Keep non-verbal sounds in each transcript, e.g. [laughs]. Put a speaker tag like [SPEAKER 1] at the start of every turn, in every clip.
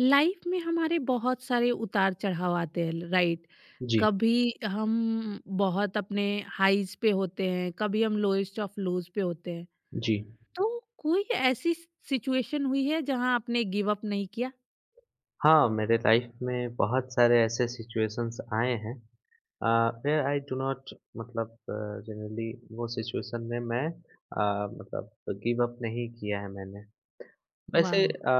[SPEAKER 1] Life में हमारे बहुत सारे उतार चढ़ाव आते हैं राइट।
[SPEAKER 2] जी,
[SPEAKER 1] कभी हम बहुत अपने हाइज पे होते हैं, कभी हम लोएस्ट ऑफ लोज पे होते हैं।
[SPEAKER 2] जी।
[SPEAKER 1] तो कोई ऐसी सिचुएशन हुई है जहां आपने गिव अप नहीं किया।
[SPEAKER 2] हाँ, मेरे लाइफ़ में बहुत सारे ऐसे सिचुएशंस आए हैं, uh, where I do not, मतलब जनरली वो सिचुएशन में मैं मतलब गिव अप नहीं किया है मैंने। वैसे
[SPEAKER 1] वाह।
[SPEAKER 2] अ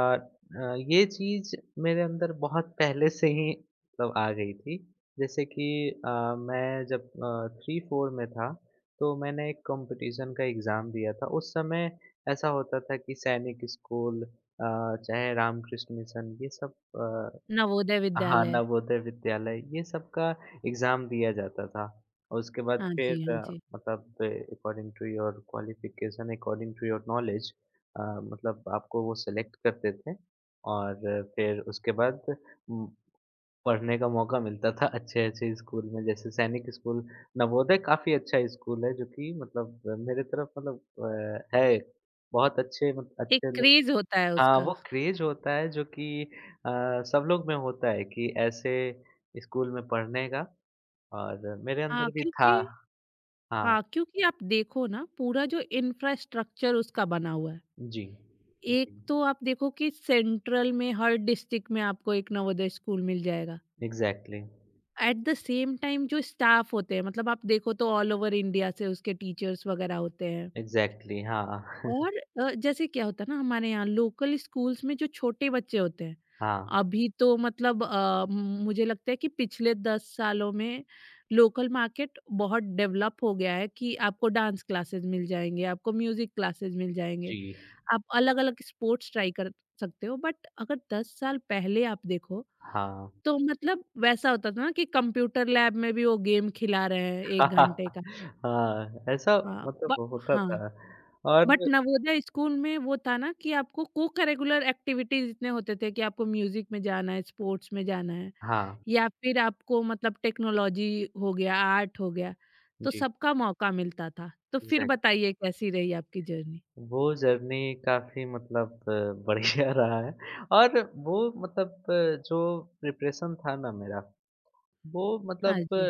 [SPEAKER 2] अ, ये चीज़ मेरे अंदर बहुत पहले से ही मतलब आ गई थी। जैसे कि अ, मैं जब 3-4 में था, तो मैंने एक कॉम्पिटिशन का एग्ज़ाम दिया था। उस समय ऐसा होता था कि सैनिक स्कूल, चाहे रामकृष्ण मिशन ये सब, अ,
[SPEAKER 1] नवोदय
[SPEAKER 2] हाँ,
[SPEAKER 1] विद्यालय।
[SPEAKER 2] नवोदय विद्यालय ये सब का एग्ज़ाम दिया जाता था। और उसके बाद
[SPEAKER 1] हाँ
[SPEAKER 2] फिर
[SPEAKER 1] जी, हाँ जी।
[SPEAKER 2] मतलब according to your qualification, according to your knowledge, uh, मतलब आपको वो सेलेक्ट करते थे, और फिर उसके बाद उम, पढ़ने का मौका मिलता था अच्छे-अच्छे स्कूल में। जैसे सैनिक स्कूल, नवोदय काफ़ी अच्छा स्कूल है जो कि मतलब मेरे तरफ मतलब है। बहुत अच्छे मत
[SPEAKER 1] एक
[SPEAKER 2] अच्छे लोग।
[SPEAKER 1] क्रेज होता है
[SPEAKER 2] हाँ,
[SPEAKER 1] उसका।
[SPEAKER 2] वो क्रेज़ होता है जो कि अ, सब लोग में होता है कि ऐसे स्कूल में पढ़ने का, और मेरे
[SPEAKER 1] हाँ
[SPEAKER 2] अंदर भी था।
[SPEAKER 1] क्योंकि
[SPEAKER 2] हाँ,
[SPEAKER 1] हाँ, क्योंकि आप देखो ना पूरा जो इंफ्रास्ट्रक्चर उसका बना हुआ है।
[SPEAKER 2] जी।
[SPEAKER 1] एक
[SPEAKER 2] जी,
[SPEAKER 1] तो आप देखो कि सेंट्रल में हर डिस्ट्रिक्ट में आपको एक नवोदय स्कूल मिल जाएगा।
[SPEAKER 2] Exactly,
[SPEAKER 1] at the same time जो स्टाफ होते हैं, मतलब आप देखो तो ऑल ओवर इंडिया से उसके टीचर्स वगैरह होते हैं।
[SPEAKER 2] एग्ज़ैक्टली हाँ। [laughs]
[SPEAKER 1] और जैसे क्या होता है ना हमारे यहाँ लोकल स्कूल्स में जो छोटे बच्चे होते हैं।
[SPEAKER 2] हाँ,
[SPEAKER 1] अभी तो मतलब मुझे लगता है कि पिछले 10 सालों में लोकल मार्केट बहुत डेवलप हो गया है कि आपको डांस क्लासेस मिल जाएंगे, आपको म्यूजिक क्लासेस मिल जाएंगे,
[SPEAKER 2] जी,
[SPEAKER 1] आप अलग अलग स्पोर्ट्स ट्राई कर सकते हो। बट अगर 10 साल पहले आप देखो
[SPEAKER 2] हाँ।
[SPEAKER 1] तो मतलब वैसा होता था ना कि कंप्यूटर लैब में भी वो गेम खिला रहे हैं 1 घंटे
[SPEAKER 2] [laughs]
[SPEAKER 1] का।
[SPEAKER 2] हाँ, ऐसा
[SPEAKER 1] अ,
[SPEAKER 2] मतलब
[SPEAKER 1] ब
[SPEAKER 2] वो होता था,
[SPEAKER 1] हाँ,
[SPEAKER 2] और
[SPEAKER 1] बट नवोदय स्कूल में वो था ना कि आपको को करिकुलर एक्टिविटीज़ इतने होते थे कि आपको म्यूज़िक में जाना है, स्पोर्ट्स में जाना है,
[SPEAKER 2] हाँ,
[SPEAKER 1] या फिर आपको मतलब टेक्नोलॉजी हो गया, आर्ट हो गया, तो
[SPEAKER 2] जी,
[SPEAKER 1] सबका मौका मिलता था। तो फिर
[SPEAKER 2] एग्ज़ैक्टली।
[SPEAKER 1] बताइए कैसी रही आपकी जर्नी?
[SPEAKER 2] वो जर्नी काफ़ी मतलब बढ़िया [laughs] रहा है, और वो मतलब जो प्रिपरेशन था ना मेरा, वो
[SPEAKER 1] हाँ
[SPEAKER 2] मतलब
[SPEAKER 1] जी,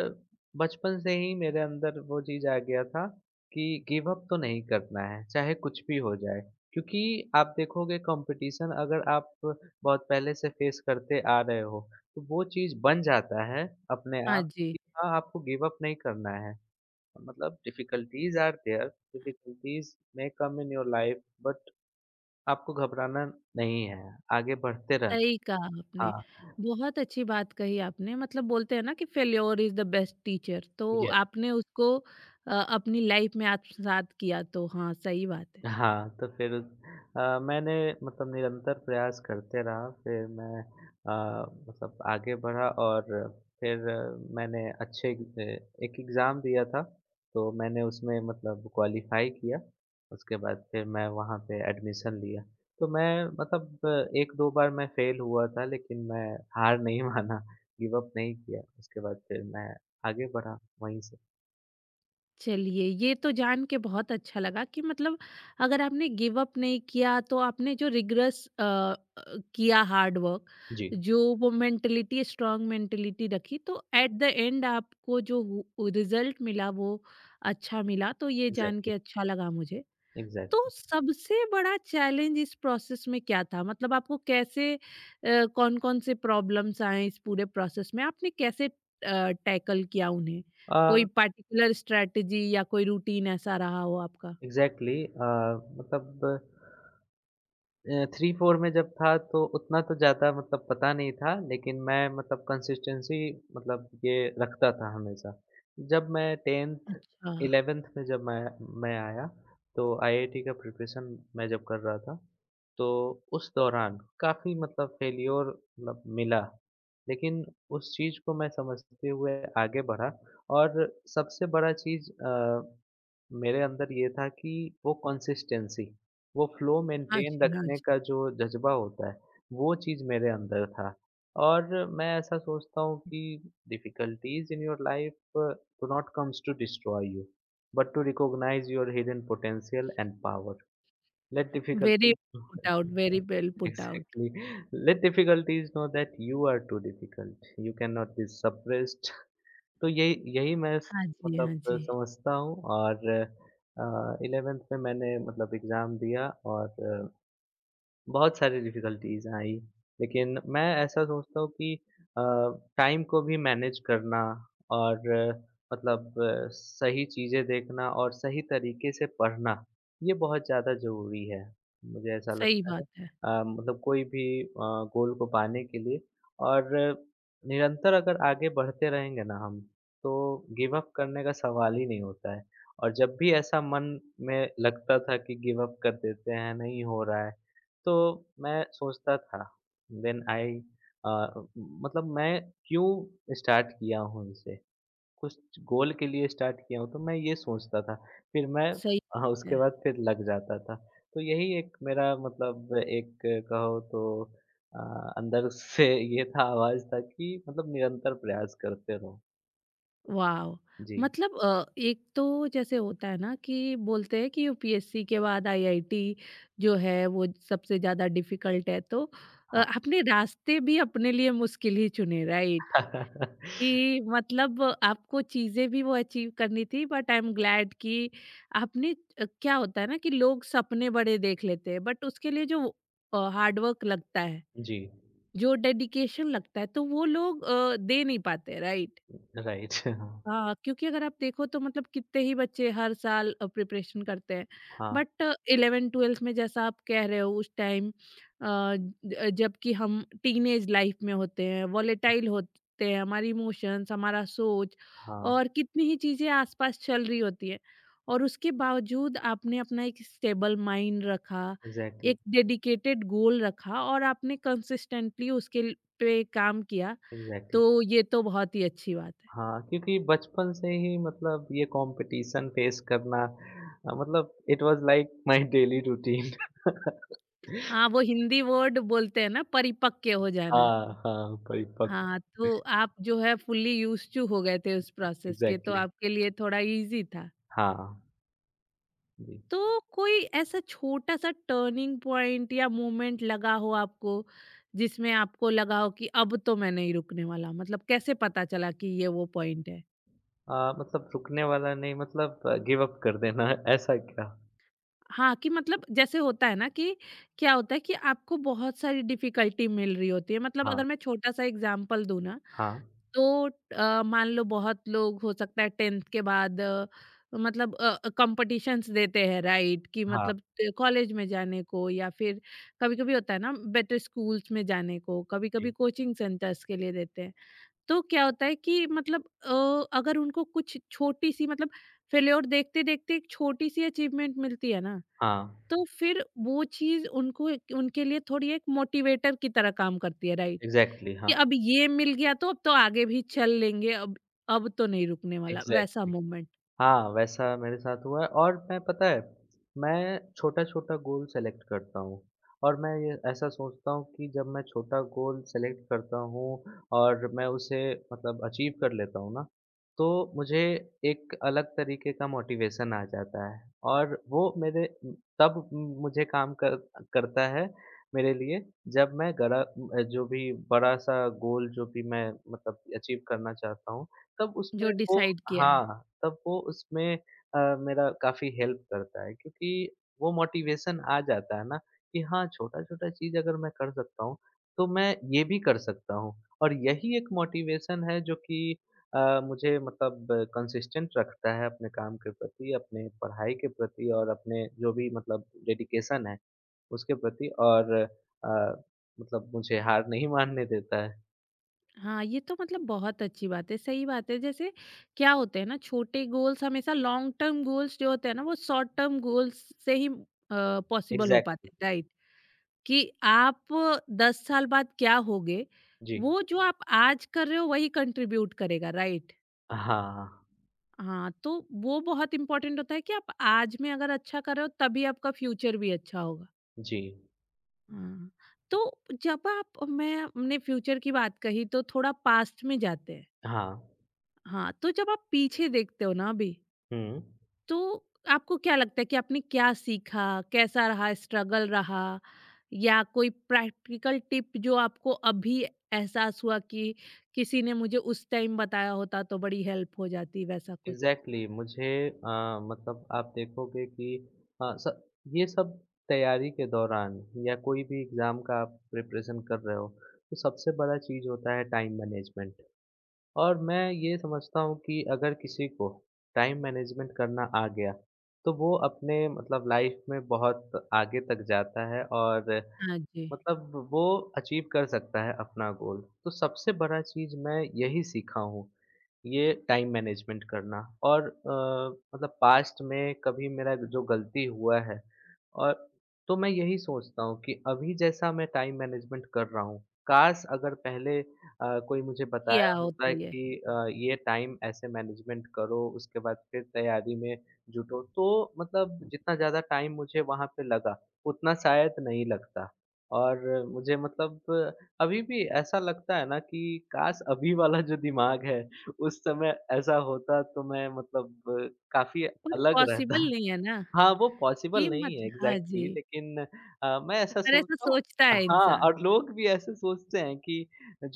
[SPEAKER 2] बचपन से ही मेरे अंदर वो चीज़ आ गया था, कि गिव अप तो नहीं करना है, चाहे कुछ भी हो जाए। क्योंकि आप देखोगे, कॉम्पिटिशन अगर आप बहुत पहले से फेस करते आ रहे हो, तो वो चीज़ बन जाता है अपने
[SPEAKER 1] हाँ
[SPEAKER 2] आप
[SPEAKER 1] जी।
[SPEAKER 2] कि हाँ, आपको गिव अप नहीं करना है। मतलब difficulties are there, difficulties may come in your life, but आपको घबराना नहीं है, आगे बढ़ते रहना।
[SPEAKER 1] सही कहा आपने।
[SPEAKER 2] हाँ,
[SPEAKER 1] बहुत अच्छी बात कही आपने। मतलब बोलते हैं ना कि failure is the best teacher. तो
[SPEAKER 2] ये।
[SPEAKER 1] आपने उसको अपनी लाइफ में आत्मसात किया, तो हाँ, सही बात है।
[SPEAKER 2] हाँ, तो फिर मैंने मतलब निरंतर प्रयास करते रहा, फिर मैं अ, मतलब आगे बढ़ा, और फिर मैंने अच्छे एक एग्ज़ाम दिया था, तो मैंने उसमें मतलब क्वालिफ़ाई किया, उसके बाद फिर मैं वहाँ पे एडमिशन लिया। तो मैं मतलब 1-2 बार मैं फ़ेल हुआ था, लेकिन मैं हार नहीं [laughs] माना, गिव अप नहीं किया, उसके बाद फिर मैं आगे बढ़ा वहीं से।
[SPEAKER 1] चलिए, ये तो जान के बहुत अच्छा लगा कि मतलब अगर आपने गिव अप नहीं किया तो आपने जो रिग्रेस किया हार्ड वर्क,
[SPEAKER 2] जी,
[SPEAKER 1] जो वो मेंटालिटी स्ट्रॉन्ग मेंटालिटी रखी, तो एट द एंड आपको जो हु रिज़ल्ट मिला वो अच्छा मिला, तो ये जान
[SPEAKER 2] एग्ज़ैक्टली,
[SPEAKER 1] के अच्छा लगा मुझे। तो
[SPEAKER 2] एग्ज़ैक्टली।
[SPEAKER 1] सबसे बड़ा चैलेंज इस प्रोसेस में क्या था? मतलब आपको कैसे कौन-कौन से प्रॉब्लम्स आए इस पूरे प्रोसेस में? आपने कैसे टैकल किया उन्हें? कोई
[SPEAKER 2] अ
[SPEAKER 1] पार्टिकुलर स्ट्रैटेजी या कोई रूटीन ऐसा रहा हो आपका?
[SPEAKER 2] एग्ज़ैक्टली मतलब 3-4 में जब था तो उतना तो ज़्यादा मतलब पता नहीं था, लेकिन मैं मतलब कंसिस्टेंसी मतलब ये रखता था हमेशा। जब मैं 10th
[SPEAKER 1] अच्छा।
[SPEAKER 2] 11th में जब मैं आया, तो आईआईटी का प्रिपरेशन मैं जब कर रहा था, तो उस दौरान काफ़ी मतलब फेल्योर मतलब मिला। लेकिन उस चीज़ को मैं समझते हुए आगे बढ़ा, और सबसे बड़ा चीज़ मेरे अंदर ये था कि वो कंसिस्टेंसी, वो फ्लो
[SPEAKER 1] हाँ
[SPEAKER 2] मेंटेन
[SPEAKER 1] जी, हाँ
[SPEAKER 2] रखने
[SPEAKER 1] जी।
[SPEAKER 2] का जो जज़्बा होता है, वो चीज़ मेरे अंदर था। और मैं ऐसा सोचता हूँ कि difficulties in your life do not comes to destroy you, but to recognise your hidden potential and power. Let
[SPEAKER 1] very
[SPEAKER 2] difficulties.
[SPEAKER 1] Very well put out.
[SPEAKER 2] Exactly, let difficulties know that you are too difficult, you can not be suppressed. [laughs] तो यही यही मैं स
[SPEAKER 1] हाँ जी,
[SPEAKER 2] मतलब
[SPEAKER 1] हाँ जी।
[SPEAKER 2] समझता हूँ, और 11th में मैंने मतलब एग्ज़ाम दिया, और अ, बहुत सारी डिफ़िकल्टीज़ आई, लेकिन मैं ऐसा सोचता हूँ कि अ, टाइम को भी मैनेज करना और मतलब सही चीज़ें देखना और सही तरीके से पढ़ना, ये बहुत ज़्यादा ज़रूरी है। मुझे ऐसा
[SPEAKER 1] सही
[SPEAKER 2] लगता है,
[SPEAKER 1] बात है,
[SPEAKER 2] मतलब कोई भी गोल को पाने के लिए, और निरंतर अगर आगे बढ़ते रहेंगे ना हम, तो गिव अप करने का सवाल ही नहीं होता है। और जब भी ऐसा मन में लगता था कि गिव अप कर देते हैं, नहीं हो रहा है, तो मैं सोचता था, व्हेन आई अ, मतलब मैं क्यों स्टार्ट किया हूँ इसे? कुछ गोल के लिए स्टार्ट किया हूँ, तो मैं ये सोचता था। फिर मैं।
[SPEAKER 1] सही
[SPEAKER 2] हाँ, उसके
[SPEAKER 1] है।
[SPEAKER 2] बाद फिर लग जाता था। तो यही एक मेरा मतलब, एक कहो तो अंदर से ये था, आवाज़ था कि मतलब निरंतर प्रयास करते रहो।
[SPEAKER 1] वाओ!
[SPEAKER 2] जी,
[SPEAKER 1] मतलब एक तो जैसे होता है ना कि बोलते हैं कि यूपीएससी के बाद आईआईटी जो है वो सबसे ज़्यादा डिफ़िकल्ट है, तो
[SPEAKER 2] हाँ।
[SPEAKER 1] आपने रास्ते भी अपने लिए मुश्किल ही चुने राइट?
[SPEAKER 2] [laughs]
[SPEAKER 1] कि मतलब आपको चीज़ें भी वो अचीव करनी थी बट आई एम ग्लैड कि आपने क्या होता है ना कि लोग सपने बड़े देख लेते हैं, बट उसके लिए जो हार्ड वर्क लगता है,
[SPEAKER 2] जी,
[SPEAKER 1] जो डेडिकेशन लगता है, तो वो लोग दे नहीं पाते राइट?
[SPEAKER 2] राइट, हाँ,
[SPEAKER 1] हाँ, क्योंकि अगर आप देखो तो मतलब कितने ही बच्चे हर साल प्रिपरेशन करते हैं।
[SPEAKER 2] हाँ,
[SPEAKER 1] बट 11-12 में जैसा आप कह रहे हो उस टाइम, जबकि हम टीनेज लाइफ में होते हैं, वॉलेटाइल होते हैं, हमारी इमोशंस, हमारा सोच,
[SPEAKER 2] हाँ।
[SPEAKER 1] और कितनी ही चीज़ें आसपास चल रही होती हैं, और उसके बावजूद आपने अपना एक स्टेबल माइंड रखा,
[SPEAKER 2] एग्ज़ैक्टली,
[SPEAKER 1] एक डेडिकेटेड गोल रखा, और आपने कंसिस्टेंटली उसके पे काम किया,
[SPEAKER 2] एग्ज़ैक्टली।
[SPEAKER 1] तो ये तो बहुत ही अच्छी बात है।
[SPEAKER 2] हाँ, क्योंकि बचपन से ही मतलब ये कॉम्पिटिशन फेस करना, मतलब it was like my daily routine. [laughs]
[SPEAKER 1] हाँ, वो हिंदी वर्ड बोलते हैं ना परिपक्व हो जाना।
[SPEAKER 2] हाँ, हाँ, परिपक्व।
[SPEAKER 1] हाँ, तो आप जो है फुल्ली यूज़्ड टू हो गए थे उस प्रोसेस के, तो
[SPEAKER 2] एग्ज़ैक्टली,
[SPEAKER 1] आपके लिए थोड़ा ईज़ी था।
[SPEAKER 2] हाँ, जी।
[SPEAKER 1] तो कोई ऐसा छोटा-सा टर्निंग पॉइंट या मोमेंट लगा हो आपको, जिसमें आपको लगा हो कि अब तो मैं नहीं रुकने वाला? मतलब कैसे पता चला कि ये वो पॉइंट है?
[SPEAKER 2] अ, मतलब रुकने वाला नहीं, मतलब गिव अप कर देना ऐसा क्या?
[SPEAKER 1] हाँ, कि मतलब जैसे होता है ना कि क्या होता है कि आपको बहुत सारी डिफ़िकल्टी मिल रही होती है। मतलब
[SPEAKER 2] हाँ,
[SPEAKER 1] अगर मैं छोटा-सा एग्ज़ाम्पल दूँ ना,
[SPEAKER 2] हाँ,
[SPEAKER 1] तो मान लो बहुत लोग हो सकता है 10th के बाद मतलब कंपटीशंस देते हैं राइट कि
[SPEAKER 2] हाँ,
[SPEAKER 1] मतलब कॉलेज में जाने को, या फिर कभी-कभी होता है ना बेटर स्कूल्स में जाने को, कभी-कभी
[SPEAKER 2] जी।
[SPEAKER 1] कोचिंग सेंटर्स के लिए देते हैं। तो क्या होता है कि मतलब अगर उनको कुछ छोटी सी मतलब फेल्योर देखते-देखते एक छोटी सी अचीवमेंट मिलती है ना,
[SPEAKER 2] हाँ,
[SPEAKER 1] तो फिर वो चीज़ उनको उनके लिए थोड़ी एक मोटिवेटर की तरह काम करती है राइट,
[SPEAKER 2] एग्ज़ैक्टली,
[SPEAKER 1] कि
[SPEAKER 2] हाँ,
[SPEAKER 1] अब ये मिल गया तो अब तो आगे भी चल लेंगे, अब तो नहीं रुकने वाला, वैसा
[SPEAKER 2] एग्ज़ैक्टली।
[SPEAKER 1] मोमेंट
[SPEAKER 2] हाँ, वैसा मेरे साथ हुआ है, और मैं पता है, मैं छोटा-छोटा गोल सेलेक्ट करता हूँ, और मैं ये ऐसा सोचता हूँ कि जब मैं छोटा गोल सेलेक्ट करता हूँ, और मैं उसे मतलब अचीव कर लेता हूँ ना, तो मुझे एक अलग तरीके का मोटिवेशन आ जाता है, और वो मेरे तब मुझे काम कर करता है मेरे लिए, जब मैं गड़ा जो भी बड़ा-सा गोल, जो भी मैं मतलब अचीव करना चाहता हूँ, तब
[SPEAKER 1] जो
[SPEAKER 2] उसमें वो।
[SPEAKER 1] डिसाइड किया है।
[SPEAKER 2] हाँ, हाँ, तब वो उसमें मेरा काफ़ी हेल्प करता है, क्योंकि वो मोटिवेशन आ जाता है ना, कि हाँ, छोटा-छोटा चीज़ अगर मैं कर सकता हूँ, तो मैं ये भी कर सकता हूँ, और यही एक मोटिवेशन है जो कि मुझे मतलब कंसिस्टेंट रखता है अपने काम के प्रति, अपने पढ़ाई के प्रति, और अपने जो भी मतलब डेडिकेशन है, उसके प्रति, और मतलब मुझे हार नहीं मानने देता है।
[SPEAKER 1] हाँ, ये तो मतलब बहुत अच्छी बात है, सही बात है। जैसे क्या होते हैं ना छोटे गोल्स, हमेशा लॉन्ग टर्म गोल्स जो होते हैं ना वो शॉर्ट टर्म गोल्स से ही पॉसिबल हो
[SPEAKER 2] एग्ज़ैक्टली।
[SPEAKER 1] पाते हैं, राइट? कि आप 10 साल बाद क्या होगे,
[SPEAKER 2] जी।
[SPEAKER 1] वो जो आप आज कर रहे हो वही कंट्रीब्यूट करेगा, राइट?
[SPEAKER 2] हाँ, हाँ,
[SPEAKER 1] हाँ, तो वो बहुत इम्पोर्टेंट होता है कि आप आज में अगर अच्छा कर रहे हो, तभी आपका फ्यूचर भी अच्छा होगा।
[SPEAKER 2] जी।
[SPEAKER 1] हाँ, तो जब आप मैं अपने फ्यूचर की बात कही तो थोड़ा पास्ट में जाते हैं।
[SPEAKER 2] हाँ,
[SPEAKER 1] हाँ, तो जब आप पीछे देखते हो ना अभी,
[SPEAKER 2] हुँ।
[SPEAKER 1] तो आपको क्या लगता है कि आपने क्या सीखा, कैसा रहा स्ट्रगल रहा, या कोई प्रैक्टिकल टिप जो आपको अभी एहसास हुआ कि किसी ने मुझे उस टाइम बताया होता तो बड़ी हेल्प हो जाती, वैसा कुछ?
[SPEAKER 2] एग्ज़ैक्टली, मुझे मतलब आप देखोगे कि अ, स ये सब तैयारी के दौरान, या कोई भी एग्ज़ाम का आप प्रिपरेशन कर रहे हो, तो सबसे बड़ा चीज़ होता है टाइम मैनेजमेंट। और मैं ये समझता हूँ कि अगर किसी को टाइम मैनेजमेंट करना आ गया, तो वो अपने मतलब लाइफ़ में बहुत आगे तक जाता है, और
[SPEAKER 1] हाँ जी।
[SPEAKER 2] मतलब वो अचीव कर सकता है अपना गोल। तो सबसे बड़ा चीज़ मैं यही सीखा हूँ, ये टाइम मैनेजमेंट करना, और मतलब पास्ट में कभी मेरा जो गलती हुआ है, और तो मैं यही सोचता हूँ कि अभी जैसा मैं टाइम मैनेजमेंट कर रहा हूँ, काश अगर पहले कोई मुझे बताया
[SPEAKER 1] किया
[SPEAKER 2] होता
[SPEAKER 1] होता ये।
[SPEAKER 2] कि ये टाइम ऐसे मैनेजमेंट करो, उसके बाद फिर तैयारी में जुटो, तो मतलब जितना ज़्यादा टाइम मुझे वहाँ पे लगा, उतना शायद नहीं लगता। और मुझे मतलब अभी भी ऐसा लगता है ना, कि काश अभी वाला जो दिमाग है, उस समय ऐसा होता तो मैं मतलब काफ़ी
[SPEAKER 1] पर
[SPEAKER 2] अलग रहता।
[SPEAKER 1] पॉसिबल नहीं है ना,
[SPEAKER 2] हाँ, वो पॉसिबल
[SPEAKER 1] कि
[SPEAKER 2] नहीं है,
[SPEAKER 1] मतलब हाँ जी।
[SPEAKER 2] एग्ज़ैक्टली लेकिन मैं ऐसा
[SPEAKER 1] पर ऐसा
[SPEAKER 2] सोचता हूँ।
[SPEAKER 1] सोचता है
[SPEAKER 2] हाँ,
[SPEAKER 1] इंसान।
[SPEAKER 2] और लोग भी ऐसे सोचते हैं कि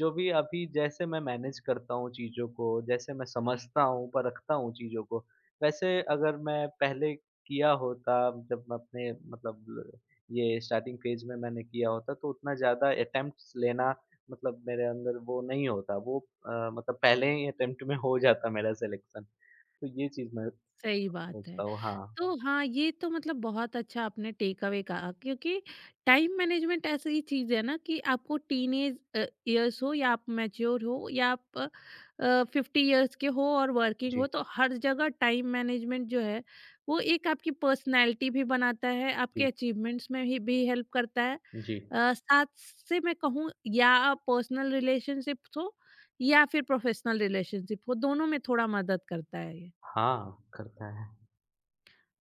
[SPEAKER 2] जो भी अभी जैसे मैं मैनेज करता हूँ चीज़ों को, जैसे मैं समझता हूँ, परखता हूँ चीज़ों को, वैसे अगर मैं पहले किया होता, जब मैं अपने मतलब ये स्टार्टिंग फ़ेज़ में मैंने किया होता, तो उतना ज़्यादा अटेम्प्ट्स लेना मतलब मेरे अंदर वो नहीं होता। वो मतलब पहले ही अटेम्प्ट में हो जाता मेरा सिलेक्शन। तो ये चीज़ मैं
[SPEAKER 1] सही
[SPEAKER 2] मतलब
[SPEAKER 1] बात है।
[SPEAKER 2] सोचता हूँ। हाँ,
[SPEAKER 1] तो हाँ, ये तो मतलब बहुत अच्छा आपने टेक अवे कहा, क्योंकि टाइम मैनेजमेंट ऐसी चीज़ है ना कि आपको टीनेज ईयर्स हो या आप मैच्योर हो या आप 50 ईयर्स के हो और वर्किंग
[SPEAKER 2] जी।
[SPEAKER 1] हो, तो हर जगह टाइम मैनेजमेंट जो है वो एक आपकी पर्सनैलिटी भी बनाता है, आपके
[SPEAKER 2] जी,
[SPEAKER 1] अचीवमेंट्स में ही भी हेल्प करता है।
[SPEAKER 2] जी।
[SPEAKER 1] साथ से मैं कहूँ या पर्सनल रिलेशनशिप हो या फिर प्रोफेशनल रिलेशनशिप हो, दोनों में थोड़ा मदद करता है ये।
[SPEAKER 2] हाँ, करता है।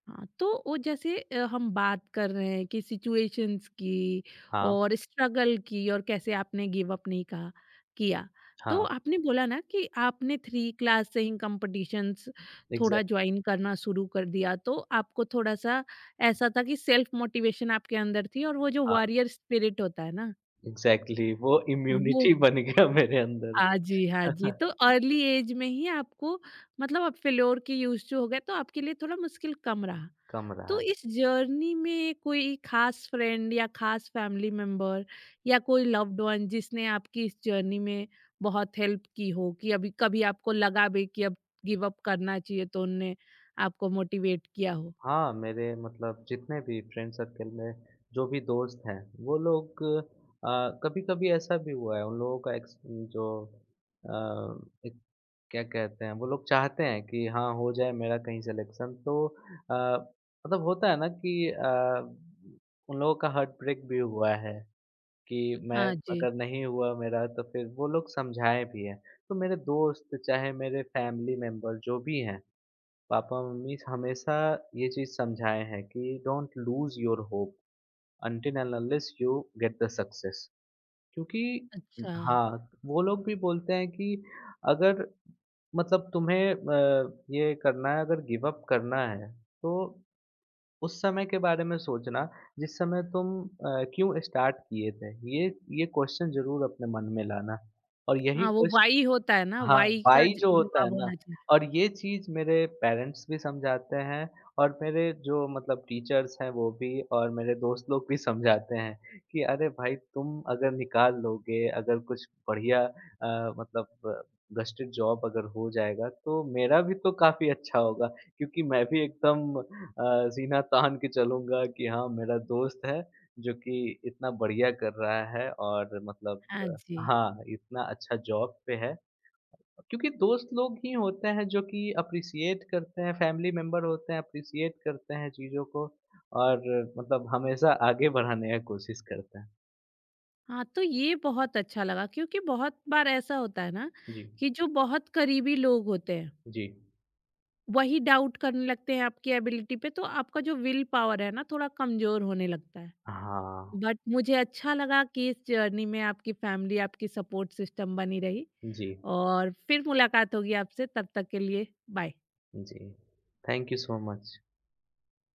[SPEAKER 1] हाँ, तो वो जैसे हम बात कर रहे हैं कि सिचुएशंस की
[SPEAKER 2] हाँ,
[SPEAKER 1] और स्ट्रगल की, और कैसे आपने गिव अप नहीं कहा किया, तो
[SPEAKER 2] हाँ,
[SPEAKER 1] आपने बोला ना कि आपने 3 क्लास से ही कंपटीशंस थोड़ा
[SPEAKER 2] एग्ज़ैक्ट
[SPEAKER 1] ज्वाइन करना शुरू कर दिया, तो आपको थोड़ा सा ऐसा था कि सेल्फ मोटिवेशन आपके अंदर थी और वो जो
[SPEAKER 2] हाँ,
[SPEAKER 1] वॉरियर स्पिरिट होता है ना।
[SPEAKER 2] एग्ज़ैक्टली, वो
[SPEAKER 1] वो
[SPEAKER 2] इम्यूनिटी [laughs] बन गया मेरे
[SPEAKER 1] हाँ जी, हाँ जी।
[SPEAKER 2] अंदर।
[SPEAKER 1] तो
[SPEAKER 2] [laughs]
[SPEAKER 1] अर्ली एज में ही आपको मतलब आप फेल्योर की यूज टू हो गए, तो आपके लिए थोड़ा मुश्किल कम रहा।
[SPEAKER 2] कम रहा
[SPEAKER 1] तो
[SPEAKER 2] है।
[SPEAKER 1] इस जर्नी में कोई खास फ्रेंड या खास फैमिली मेंबर या कोई लव्ड वन जिसने आपकी इस जर्नी में बहुत हेल्प की हो कि अभी कभी आपको लगा भी कि अब गिव अप करना चाहिए तो उनने आपको मोटिवेट किया हो?
[SPEAKER 2] हाँ, मेरे मतलब जितने भी फ्रेंड सर्कल में जो भी दोस्त हैं, वो लोग कभी-कभी ऐसा भी हुआ है, उन लोगों का एक्स जो अ, एक क्या कहते हैं, वो लोग चाहते हैं कि हाँ, हो जाए मेरा कहीं सिलेक्शन, तो मतलब होता है ना कि उन लोगों का हार्ट ब्रेक भी हुआ है। कि मैं,
[SPEAKER 1] हाँ जी।
[SPEAKER 2] अगर नहीं हुआ मेरा, तो फिर वो लोग समझाए भी हैं। तो मेरे दोस्त, चाहे मेरे फैमिली मेंबर जो भी हैं, पापा-मम्मी हमेशा ये चीज़ समझाए हैं कि don't lose your hope until end unless you get the success. क्योंकि
[SPEAKER 1] अच्छा।
[SPEAKER 2] हाँ, वो लोग भी बोलते हैं कि अगर मतलब तुम्हें ये करना है, अगर गिव अप करना है, तो उस समय के बारे में सोचना, जिस समय तुम क्यों स्टार्ट किए थे? ये क्वेश्चन ज़रूर अपने मन में लाना, और यही
[SPEAKER 1] हाँ, वो
[SPEAKER 2] क्वेश्चन।
[SPEAKER 1] व्हाई होता है ना,
[SPEAKER 2] हाँ,
[SPEAKER 1] व्हाई का
[SPEAKER 2] वाई
[SPEAKER 1] ज
[SPEAKER 2] जो होता है
[SPEAKER 1] जवाब
[SPEAKER 2] ना,
[SPEAKER 1] होना चाहिए।
[SPEAKER 2] और ये चीज़ मेरे पेरेंट्स भी समझाते हैं, और मेरे जो मतलब टीचर्स हैं वो भी, और मेरे दोस्त लोग भी समझाते हैं कि अरे भाई, तुम अगर निकाल लोगे, अगर कुछ बढ़िया मतलब गस्टेड जॉब अगर हो जाएगा, तो मेरा भी तो काफ़ी अच्छा होगा, क्योंकि मैं भी एकदम सीना तान के चलूँगा कि हाँ, मेरा दोस्त है जो कि इतना बढ़िया कर रहा है, और मतलब
[SPEAKER 1] हाँ जी।
[SPEAKER 2] हाँ, इतना अच्छा जॉब पे है। क्योंकि दोस्त लोग ही होते हैं जो कि अप्रिशिएट करते हैं, फैमिली मेंबर होते हैं, अप्रिशिएट करते हैं चीज़ों को, और मतलब हमेशा आगे बढ़ाने का कोशिश करते हैं।
[SPEAKER 1] हाँ, तो ये बहुत अच्छा लगा, क्योंकि बहुत बार ऐसा होता है ना
[SPEAKER 2] जी,
[SPEAKER 1] कि जो बहुत करीबी लोग होते हैं
[SPEAKER 2] जी।
[SPEAKER 1] वही डाउट करने लगते हैं आपकी एबिलिटी पे, तो आपका जो विल पावर है ना थोड़ा कमजोर होने लगता है।
[SPEAKER 2] हाँ,
[SPEAKER 1] बट मुझे अच्छा लगा कि इस जर्नी में आपकी फैमिली आपकी सपोर्ट सिस्टम बनी रही,
[SPEAKER 2] जी,
[SPEAKER 1] और फिर मुलाकात होगी आपसे, तब तक के लिए बाय।
[SPEAKER 2] जी। Thank you so much.